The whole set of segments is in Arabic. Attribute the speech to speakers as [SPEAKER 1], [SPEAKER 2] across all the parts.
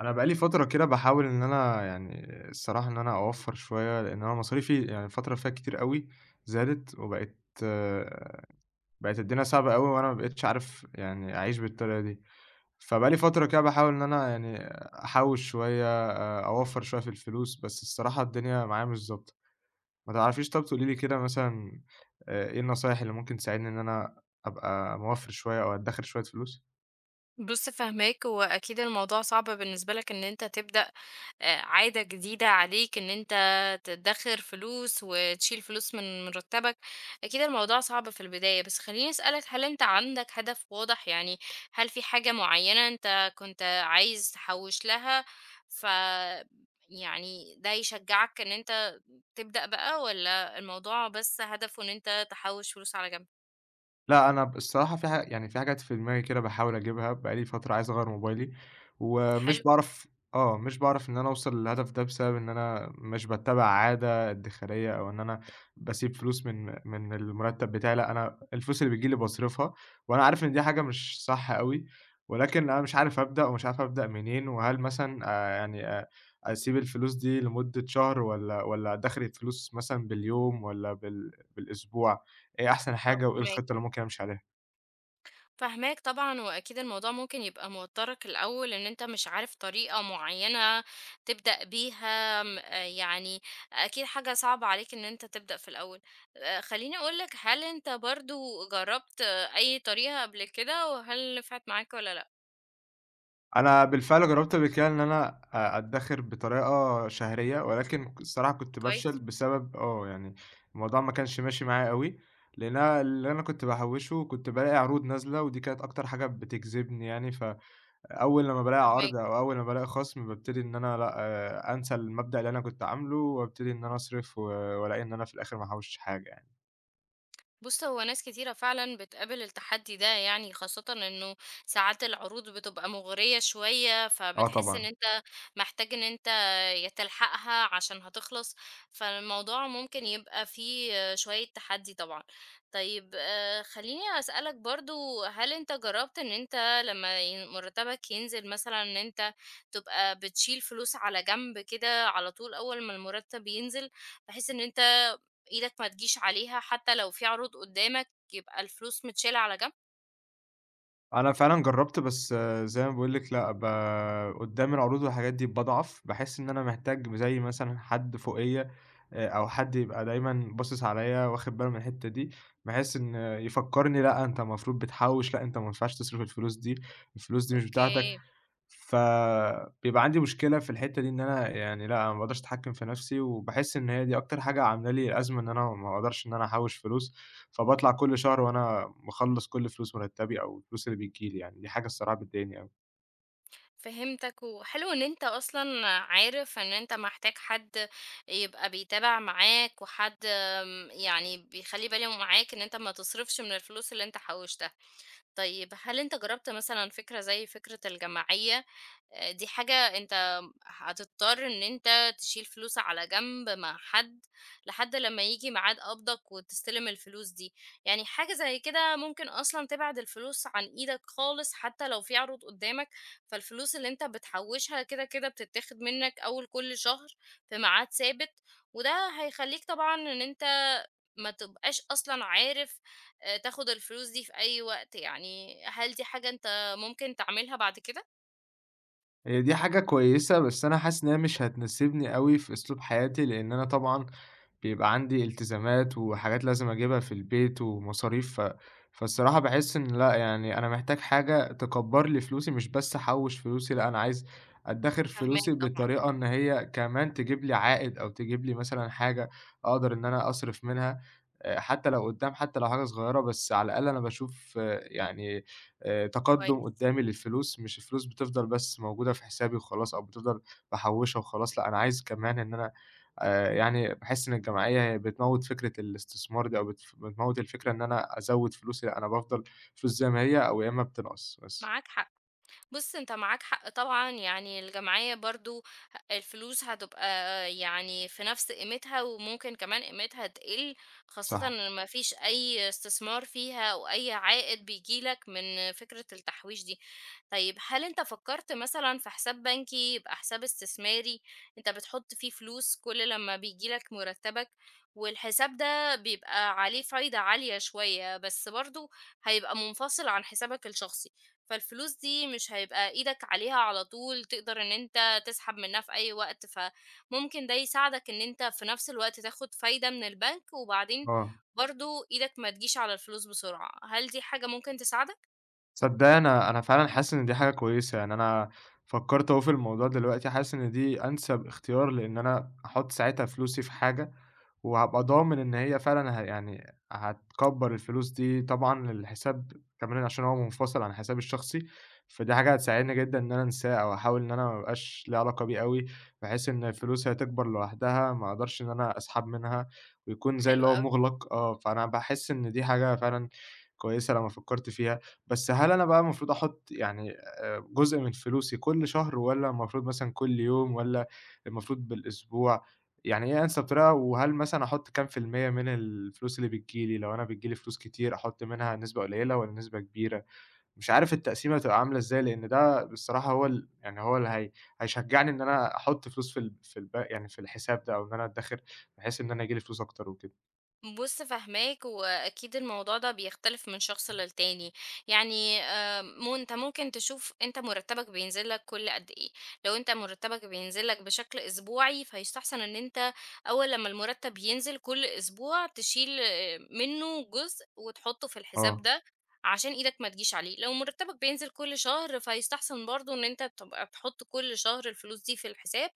[SPEAKER 1] أنا بقى لي فترة كده باحاول إن أنا الصراحة إن أنا أوفّر شوية، لإن أنا مصاريفي الفترة اللي فاتت كتير أوي زادت، وبقت آه، بقت الدنيا صعبة أوي، وأنا ما بقيتش عارف أعيش بالطريقة دي. فبقى لي فترة كده باحاول إن أنا أحوّش شوية، أوفّر شوية في الفلوس، بس الصراحة الدنيا معايا مش ضابطة. ما تعرفيش طَب تقولي لي كده مثلًا، إيه النصايح اللي ممكن تساعدني إن أنا أبقى موفّر شوية أو أدّخر شوية فلوس؟
[SPEAKER 2] بُص فاهماك، وأكيد الموضوع صعب بالنسبة لك إن أنت تبدأ عادة جديدة عليك إن أنت تدخّر فلوس وتشيل فلوس من مرتبك، أكيد الموضوع صعب في البداية، بس خلّيني أسألك هل أنت عندك هدف واضح؟ يعني هل في حاجة معيّنة أنت كنت عايز تحوّش لها ف يعني ده يشجعك إن أنت تبدأ بقى والّا الموضوع بس هدفه إن أنت تحوّش فلوس على جنب؟
[SPEAKER 1] لأ، أنا ب الصراحة في ح يعني في حاجات في دماغي كده باحاول أجيبها، بقى لي فترة عايز أغيّر موبايلي، ومش
[SPEAKER 2] حلو،
[SPEAKER 1] باعرف آه، مش باعرف إن أنا أوصل للهدف ده بسبب إن أنا مش باتّبع عادة ادّخارية أو إن أنا باسيب فلوس من المرتّب بتاعي. لأ، أنا الفلوس اللي بتيجي لي باصرفها، وأنا عارف إن دي حاجة مش صح أوي، ولكن أنا مش عارف أبدأ ومش عارف أبدأ منين. وهل مثلًا يعني أ أسيب الفلوس دي لمدة شهر والّا أدّخر الفلوس مثلًا باليوم والّا بالأسبوع؟ إيه أحسن
[SPEAKER 2] آه
[SPEAKER 1] حاجة وإيه
[SPEAKER 2] فاهماك.
[SPEAKER 1] الخطة اللي ممكن أمشي عليها.
[SPEAKER 2] فاهماك طبعًا، وأكيد الموضوع ممكن يبقى موتّرك الأول، إن أنت مش عارف طريقة معيّنة تبدأ بيها، م آه يعني أكيد حاجة صعبة عليك إن أنت تبدأ في الأول. خلّيني أقول لك، هل أنت برضه جرّبت آه، أي طريقة قبل كده، وهل نفعت معاك والّا لأ؟
[SPEAKER 1] أنا بالفعل جرّبت قبل كده إن أنا أدّخر بطريقة شهرية، ولكن الصراحة كنت بافشل
[SPEAKER 2] كويس،
[SPEAKER 1] بسبب الموضوع ما كانش ماشي معايا أوي، لإن أنا اللي كنت باحوّشه كنت بالاقي عروض نازلة، ودي كانت أكتر حاجة بتجذبني يعني. فأول لمّا بالاقي
[SPEAKER 2] فاهماك.
[SPEAKER 1] عرض أو أول لمّا بالاقي خصم بابتدي إن أنا لأ، أنسى المبدأ اللي أنا كنت عامله، وابتدي إن أنا أصرف وألاقي إن أنا في الآخر ما احوّشتش حاجة يعني.
[SPEAKER 2] بُص، هو ناس كتيرة فعلًا بتقابل التحدي ده يعني، خاصةً إنه ساعات العروض بتبقى مغرية شوية،
[SPEAKER 1] آه
[SPEAKER 2] فبتحس إن
[SPEAKER 1] طبعًا.
[SPEAKER 2] أنت محتاج إن أنت يا تلحقها عشان هتخلص، فالموضوع ممكن يبقى فيه شوية تحدي طبعًا. طيب خلّيني أسألك برضه، هل أنت جرّبت إن أنت لمّا مرتبك ينزل مثلًا إن أنت تبقى بتشيل فلوس على جنب كده على طول أول ما المرتب ينزل، بحيث إن أنت إيدك ما تجيش عليها حتى لو في عروض قدامك يبقى الفلوس متشالة على جنب؟
[SPEAKER 1] أنا فعلًا جرّبت، بس زي ما باقول لِك، لأ، ب قدّام العروض والحاجات دي باضعف، باحس إن أنا محتاج زي مثلًا حد فوقيّا، أو حد يبقى دايمًا باصص عليّا واخد باله من الحتّة دي، بحيث إن يفكّرني لأ، أنت المفروض بتحوّش، لأ، أنت ما ينفعش تصرف الفلوس دي، الفلوس دي مش بتاعتك.
[SPEAKER 2] أوكي،
[SPEAKER 1] فبيبقى عندي مشكلة في الحتّة دي، إن أنا يعني لأ، أنا ما باقدرش أتحكّم في نَفْسي، وباحس إن هي دي أكتر حاجة عاملة لي أزمة إن أنا ما باقدرش إن أنا أحوّش فلوس. فباطلع كل شهر وأنا مخلّص كل فلوس مرتّبي أو الفلوس اللي بتيجي لي يعني، دي حاجة الصراحة بتضايقني أوي.
[SPEAKER 2] فهمتك، وحلو إن أنت أصلًا عارف إن أنت محتاج حد يبقى بيتابع معاك وحد يعني بيخلّي باله معاك إن أنت ما تصرفش من الفلوس اللي أنت حوّشتها. طيب هل أنت جرّبت مثلًا فكرة زي فكرة الجماعية؟ دي حاجة أنت هتضطر إن أنت تشيل فلوس على جنب مع حد، لحد لمّا ييجي ميعاد قبضك وتستلم الفلوس دي. يعني حاجة زي كده ممكن أصلًا تبعد الفلوس عن إيدك خالص حتى لو في عروض قدامك، فالفلوس اللي أنت بتحوّشها كده، كده بتتاخد منّك أول كل شهر في ميعاد ثابت، وده هيخلّيك طبعًا إن أنت ما تبقاش أصلًا عارف تاخد الفلوس دي في أي وقت يعني. هل دي حاجة أنت ممكن تعملها بعد كده؟
[SPEAKER 1] هي دي حاجة كويسة، بس أنا حاسس إن هي مش هتناسبني أوي في أسلوب حياتي، لإن أنا طبعًا بيبقى عندي التزامات وحاجات لازم أجيبها في البيت ومصاريف. فالصراحة باحس إن لأ، يعني أنا محتاج حاجة تكبّر لي فلوسي، مش بس أحوّش فلوسي. لأ، أنا عايز أدّخر
[SPEAKER 2] فاهماك
[SPEAKER 1] فلوسي
[SPEAKER 2] طبعًا.
[SPEAKER 1] بطريقة إن هي كمان تجيب لي عائد أو تجيب لي مثلًا حاجة أقدر إن أنا أصرف منها، حتى لو قدّام، حتى لو حاجة صغيرة، بس على الأقل أنا باشوف يعني تقدُّم
[SPEAKER 2] كويس،
[SPEAKER 1] قدّامي للفلوس، مش الفلوس بتفضل بس موجودة في حسابي وخلاص أو بتفضل باحوّشها وخلاص. لأ، أنا عايز كمان إن أنا باحس إن الجمعية هي بتموّت فكرة الاستثمار دي أو بتموّت الفكرة إن أنا أزوّد فلوسي، لأ أنا بافضل فلوس زي ما هي أو يا إمّا بتنقص بس.
[SPEAKER 2] معاك حق. بُص، أنت معاك حق طبعًا، يعني الجمعية برضه الفلوس هتبقى يعني في نفس قيمتها وممكن كمان قيمتها تقل، خاصةً
[SPEAKER 1] صح.
[SPEAKER 2] إن ما فيش أي استثمار فيها أو أي عائد بييجي لك من فكرة التحويش دي. طيب هل أنت فكرت مثلًا في حساب بنكي يبقى حساب استثماري أنت بتحط فيه فلوس كل لما بييجي لك مرتبك، والحساب ده بيبقى عليه فايدة عالية شوية، بس برضه هيبقى منفصل عن حسابك الشخصي. فالفلوس دي مش هيبقى إيدك عليها على طول تقدر إن أنت تسحب منها في أي وقت فممكن ده يساعدك إن أنت في نفس الوقت تاخد فايدة من البنك وبعدين
[SPEAKER 1] آه.
[SPEAKER 2] برضه إيدك ما تجيش على الفلوس بسرعة هل دي حاجة ممكن تساعدك؟
[SPEAKER 1] تصدّقي، أنا فعلًا حاسس إن دي حاجة كويسة، يعني أنا فكّرت أهو في الموضوع دلوقتي، حاسس إن دي أنسب اختيار، لإن أنا هاحُط ساعتها فلوسي في حاجة، وهابقى ضامن إن هي فعلًا ه يعني هتكبّر الفلوس دي، طبعًا الحساب كمان عشان هو منفصل عن حسابي الشخصي. فدي حاجة هتساعدني جدًا إن أنا أنساه أو أحاول إن أنا ما ابقاش ليّا علاقة بيه أوي، بحيث إن فلوسي هتكبر لوحدها، ما اقدرش إن أنا أسحب منها، ويكون زي
[SPEAKER 2] حلو
[SPEAKER 1] اللي هو
[SPEAKER 2] قوي.
[SPEAKER 1] مُغلق، آه، فأنا باحس إن دي حاجة فعلًا كويسة لمّا فكّرت فيها. بس هل أنا بقى المفروض أحُط جزء من فلوسي كل شهر والّا المفروض مثلًا كل يوم والّا المفروض بالأسبوع؟ يعني إيه أنسب طريقة، وهل مثلًا أحُط كام في المِيّة من الفلوس اللي بتيجي لي؟ لو أنا بتيجي لي فلوس كتير أحُط منها نسبة قليلة والّا نسبة كبيرة؟ مش عارف التقسيمة هتبقى عاملة إزاي، لإن ده بصراحة هو ال يعني هو اللي هي هيشجّعني إن أنا أحُط فلوس في ال في الب يعني في الحساب ده أو إن أنا أدّخر، بحيث إن أنا ييجي لي فلوس أكتر وكده.
[SPEAKER 2] بُص فاهماك، وأكيد الموضوع ده بيختلف من شخص للتاني، يعني مو أنت ممكن تشوف أنت مرتبك بينزل لك كل قد إيه، لو أنت مرتبك بينزل لك بشكل أسبوعي فيستحسن إن أنت أول لمّا المرتب ينزل كل أسبوع تشيل آه، منه جزء وتحطه في الحساب
[SPEAKER 1] آه،
[SPEAKER 2] ده، عشان إيدك ما تجيش عليه، لو مرتبك بينزل كل شهر فيستحسن برضه إن أنت تبقى تحط كل شهر الفلوس دي في الحساب،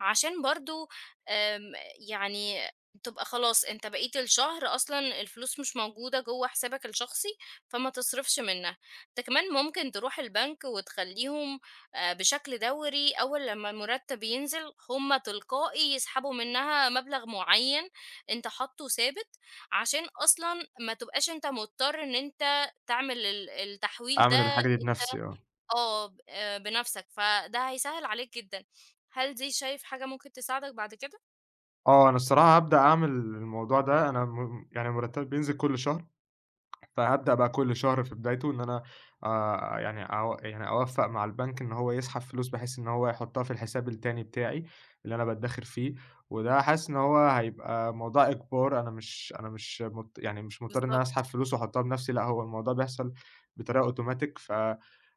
[SPEAKER 2] عشان برضه آمم يعني تبقى خلاص أنت بقية الشهر أصلًا الفلوس مش موجودة جوّه حسابك الشخصي، فما تصرفش منها. أنت كمان ممكن تروح البنك وتخلّيهم بشكل دوري أول لمّا المرتب ينزل هم تلقائي يسحبوا منها مبلغ معيّن أنت حاطّه ثابت، عشان أصلًا ما تبقاش أنت مضطر إن أنت تعمل التحويل ده
[SPEAKER 1] أعمل الحاجة دي
[SPEAKER 2] أنت
[SPEAKER 1] بنَفْسي آه.
[SPEAKER 2] آه، ب بنَفْسك، فده هيسهّل عليك جدًا. هل دي شايف حاجة ممكن تساعدك بعد كده؟
[SPEAKER 1] آه، أنا الصراحة هابدأ أعمل الموضوع ده، أنا م يعني مرتبي بينزل كل شهر، فهابدأ بقى كل شهر في بدايته إن أنا، يعني أو يعني أوفّق مع البنك إن هو يسحب فلوس، بحيث إن هو يحطها في الحساب التاني بتاعي اللي أنا بادخر فيه. وده حاسس إن هو هيبقى موضوع إجبار، أنا مش مضطر إن أنا
[SPEAKER 2] بالضبط.
[SPEAKER 1] أسحب فلوس وأحطها بنفسي، لأ هو الموضوع بيحصل بطريقة أوتوماتيك.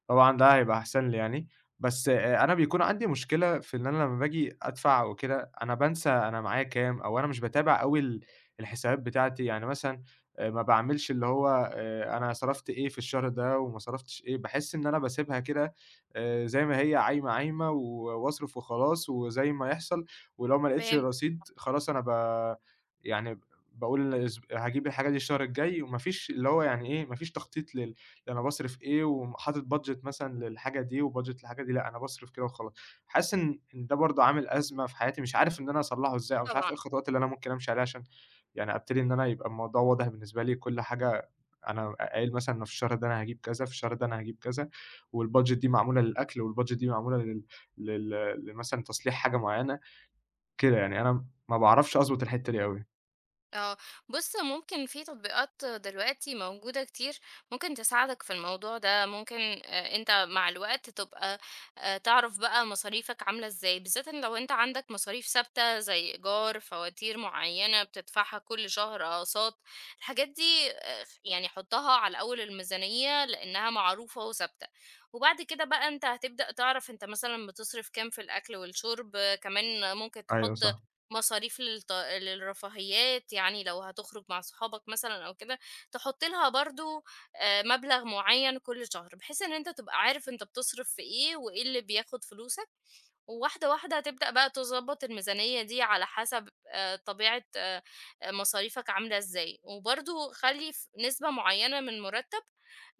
[SPEAKER 1] طبعًا ده هيبقى أحسن لي يعني. بس أنا بيكون عندي مشكلة في إن أنا لمّا باجي أدفع وكده، أنا بانسى أنا معايا كام، أو أنا مش باتابع أوي الحسابات بتاعتي. يعني مثلًا ما باعملش اللي هو أنا صرفت إيه في الشهر ده وما صرفتش إيه، باحس إن أنا باسيبها كده زي ما هي عايمة، عايمة و واصرف وخلاص وزي ما يحصل. ولو ما لقيتش
[SPEAKER 2] فهمتك
[SPEAKER 1] رصيد خلاص، أنا ب يعني باقول هاجيب الحاجة دي الشهر الجاي، وما فيش اللي هو يعني إيه، ما فيش تخطيط أنا باصرف إيه، وحاطط budget مثلًا للحاجة دي وbudget للحاجة دي، لأ أنا باصرف كده وخلاص. حاسس إن ده برضه عامل أزمة في حياتي، مش عارف إن أنا أصلّحه إزاي أو مش عارف
[SPEAKER 2] طبعًا.
[SPEAKER 1] إيه الخطوات اللي أنا ممكن أمشي عليها عشان يعني أبتدي إن أنا يبقى الموضوع واضح بالنسبة لي، كل حاجة أنا قايل مثلًا أنا في الشهر ده أنا هاجيب كذا، في الشهر ده أنا هاجيب كذا، والbudget دي معمولة للأكل والbudget دي معمولة لل لل لمثلًا تصليح حاجة معيّنة، كده يعني أنا ما باعرفش أضبط الحتّة دي أوي.
[SPEAKER 2] اه. بص ممكن في تطبيقات دلوقتي موجودة كتير ممكن تساعدك في الموضوع ده ممكن آه، انت مع الوقت تبقى آه، تعرف بقى مصاريفك عاملة ازاي بالذات إن لو انت عندك مصاريف ثابتة زي ايجار فواتير معينة بتدفعها كل شهر اقساط الحاجات دي آه، يعني حطها على اول الميزانية لانها معروفة وثابتة وبعد كده بقى انت هتبدأ تعرف انت مثلا بتصرف كام في الاكل والشرب آه، كمان ممكن
[SPEAKER 1] أيوه
[SPEAKER 2] تحط
[SPEAKER 1] صح.
[SPEAKER 2] مصاريف للرفاهيات، يعني لو هتخرج مع صحابك مثلًا أو كده، تحُط لها برضه مبلغ معيّن كل شهر، بحيث إن أنت تبقى عارف أنت بتصرف في إيه وإيه اللي بياخد فلوسك، وواحدة، واحدة هتبدأ بقى تضبّط الميزانية دي على حسب طبيعة مصاريفك عاملة إزاي، وبرضه خلّي نسبة معيّنة من المُرتّب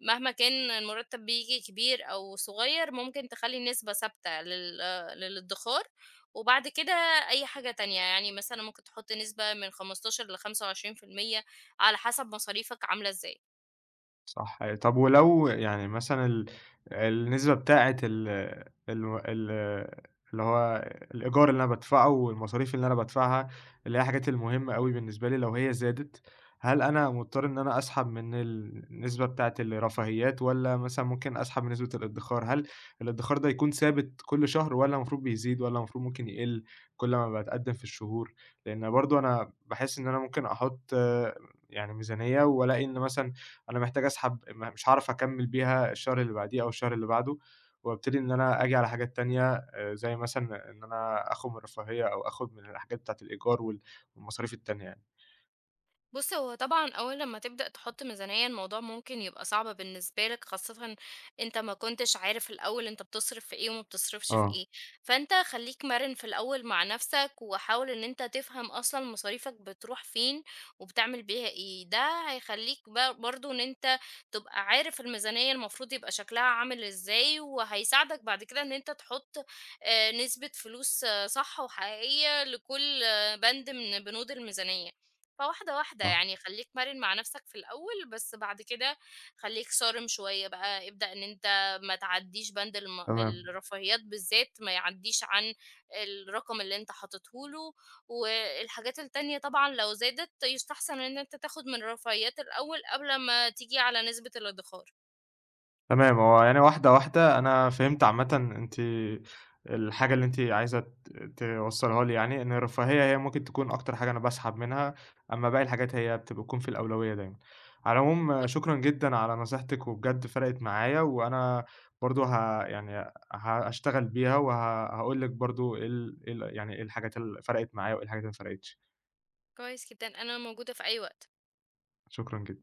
[SPEAKER 2] مهما كان المُرتّب بييجي كبير أو صغير، ممكن تخلّي نسبة ثابتة لل آه، للإدّخار وبعد كده أي حاجة تانية، يعني مثلًا ممكن تحُط نسبة من 15 ل25% على حسب مصاريفك عاملة إزاي.
[SPEAKER 1] صح. طب ولو يعني مثلًا ال النسبة بتاعة ال الو ال اللي هو الإيجار اللي أنا بادفعه والمصاريف اللي أنا بادفعها، اللي هي الحاجات المهمة أوي بالنسبة لي، لو هي زادت، هل أنا مضطر إن أنا أسحب من النسبة بتاعة الرفاهيات والّا مثلًا ممكن أسحب من نسبة الادخار؟ هل الادخار ده يكون ثابت كل شهر والّا المفروض بيزيد والّا المفروض ممكن يقل كل ما باتقدم في الشهور؟ لإن برضه أنا باحس إن أنا ممكن أحط ميزانية وألاقي إن مثلًا أنا محتاج أسحب مش هاعرف أكمّل بيها الشهر اللي بعديه أو الشهر اللي بعده، وابتدي إن أنا آجي على حاجات تانية، زي مثلًا إن أنا آخُد من الرفاهية أو آخُد من الحاجات بتاعة الإيجار والمصاريف التانية يعني.
[SPEAKER 2] بُص، هو طبعًا أول لمّا تبدأ تحط ميزانية الموضوع ممكن يبقى صعب بالنسبة لك، خاصةً أنت ما كنتش عارف الأول أنت بتصرف في إيه وما بتصرفش في
[SPEAKER 1] آه،
[SPEAKER 2] إيه، فأنت خلّيك مَرِن في الأول مع نفسك، وحاول إن أنت تفهم أصلًا مصاريفك بتروح فين وبتعمل بيها إيه، ده هيخلّيك برضه إن أنت تبقى عارف الميزانية المفروض يبقى شكلها عامل إزاي، وهيساعدك بعد كده إن أنت تحط نسبة فلوس آه، صح وحقيقية لكل آه، بند من بنود الميزانية. فواحدة واحدة
[SPEAKER 1] آه،
[SPEAKER 2] يعني خلّيك مرِن مع نفْسك في الأول، بس بعد كده خلّيك صارم شوية بقى، ابدأ إن أنت ما تعدّيش بند
[SPEAKER 1] تمام.
[SPEAKER 2] الرفاهيات بالذات ما يعدّيش عن الرقم اللي أنت حاططه له، والحاجات التانية طبعًا لو زادت يُستحسن إن أنت تاخد من الرفاهيات الأول قبل ما تيجي على نسبة الادخار.
[SPEAKER 1] تمام، هو يعني واحدة، واحدة. أنا فهمت عامةً أنتِ الحاجة اللي أنتِ عايزة توصّليها لي يعني، إن الرفاهية هي ممكن تكون أكتر حاجة أنا باسحب منها، أمّا باقي الحاجات هي بتكون في الأولوية دايمًا. على العموم آه،
[SPEAKER 2] بالضبط،
[SPEAKER 1] شكرًا جدًا على نصيحتِك، وبجد فرقِت معايا، وأنا برضه ه يعني ه هاشتغل بيها، وه هاقول لِك برضه إيه ال إيه ال يعني إيه الحاجات اللي فرقِت معايا، وإيه الحاجات اللي ما فرقِتش.
[SPEAKER 2] كويس جدًا، أنا موجودة في أي وقت.
[SPEAKER 1] شكرًا جدًا.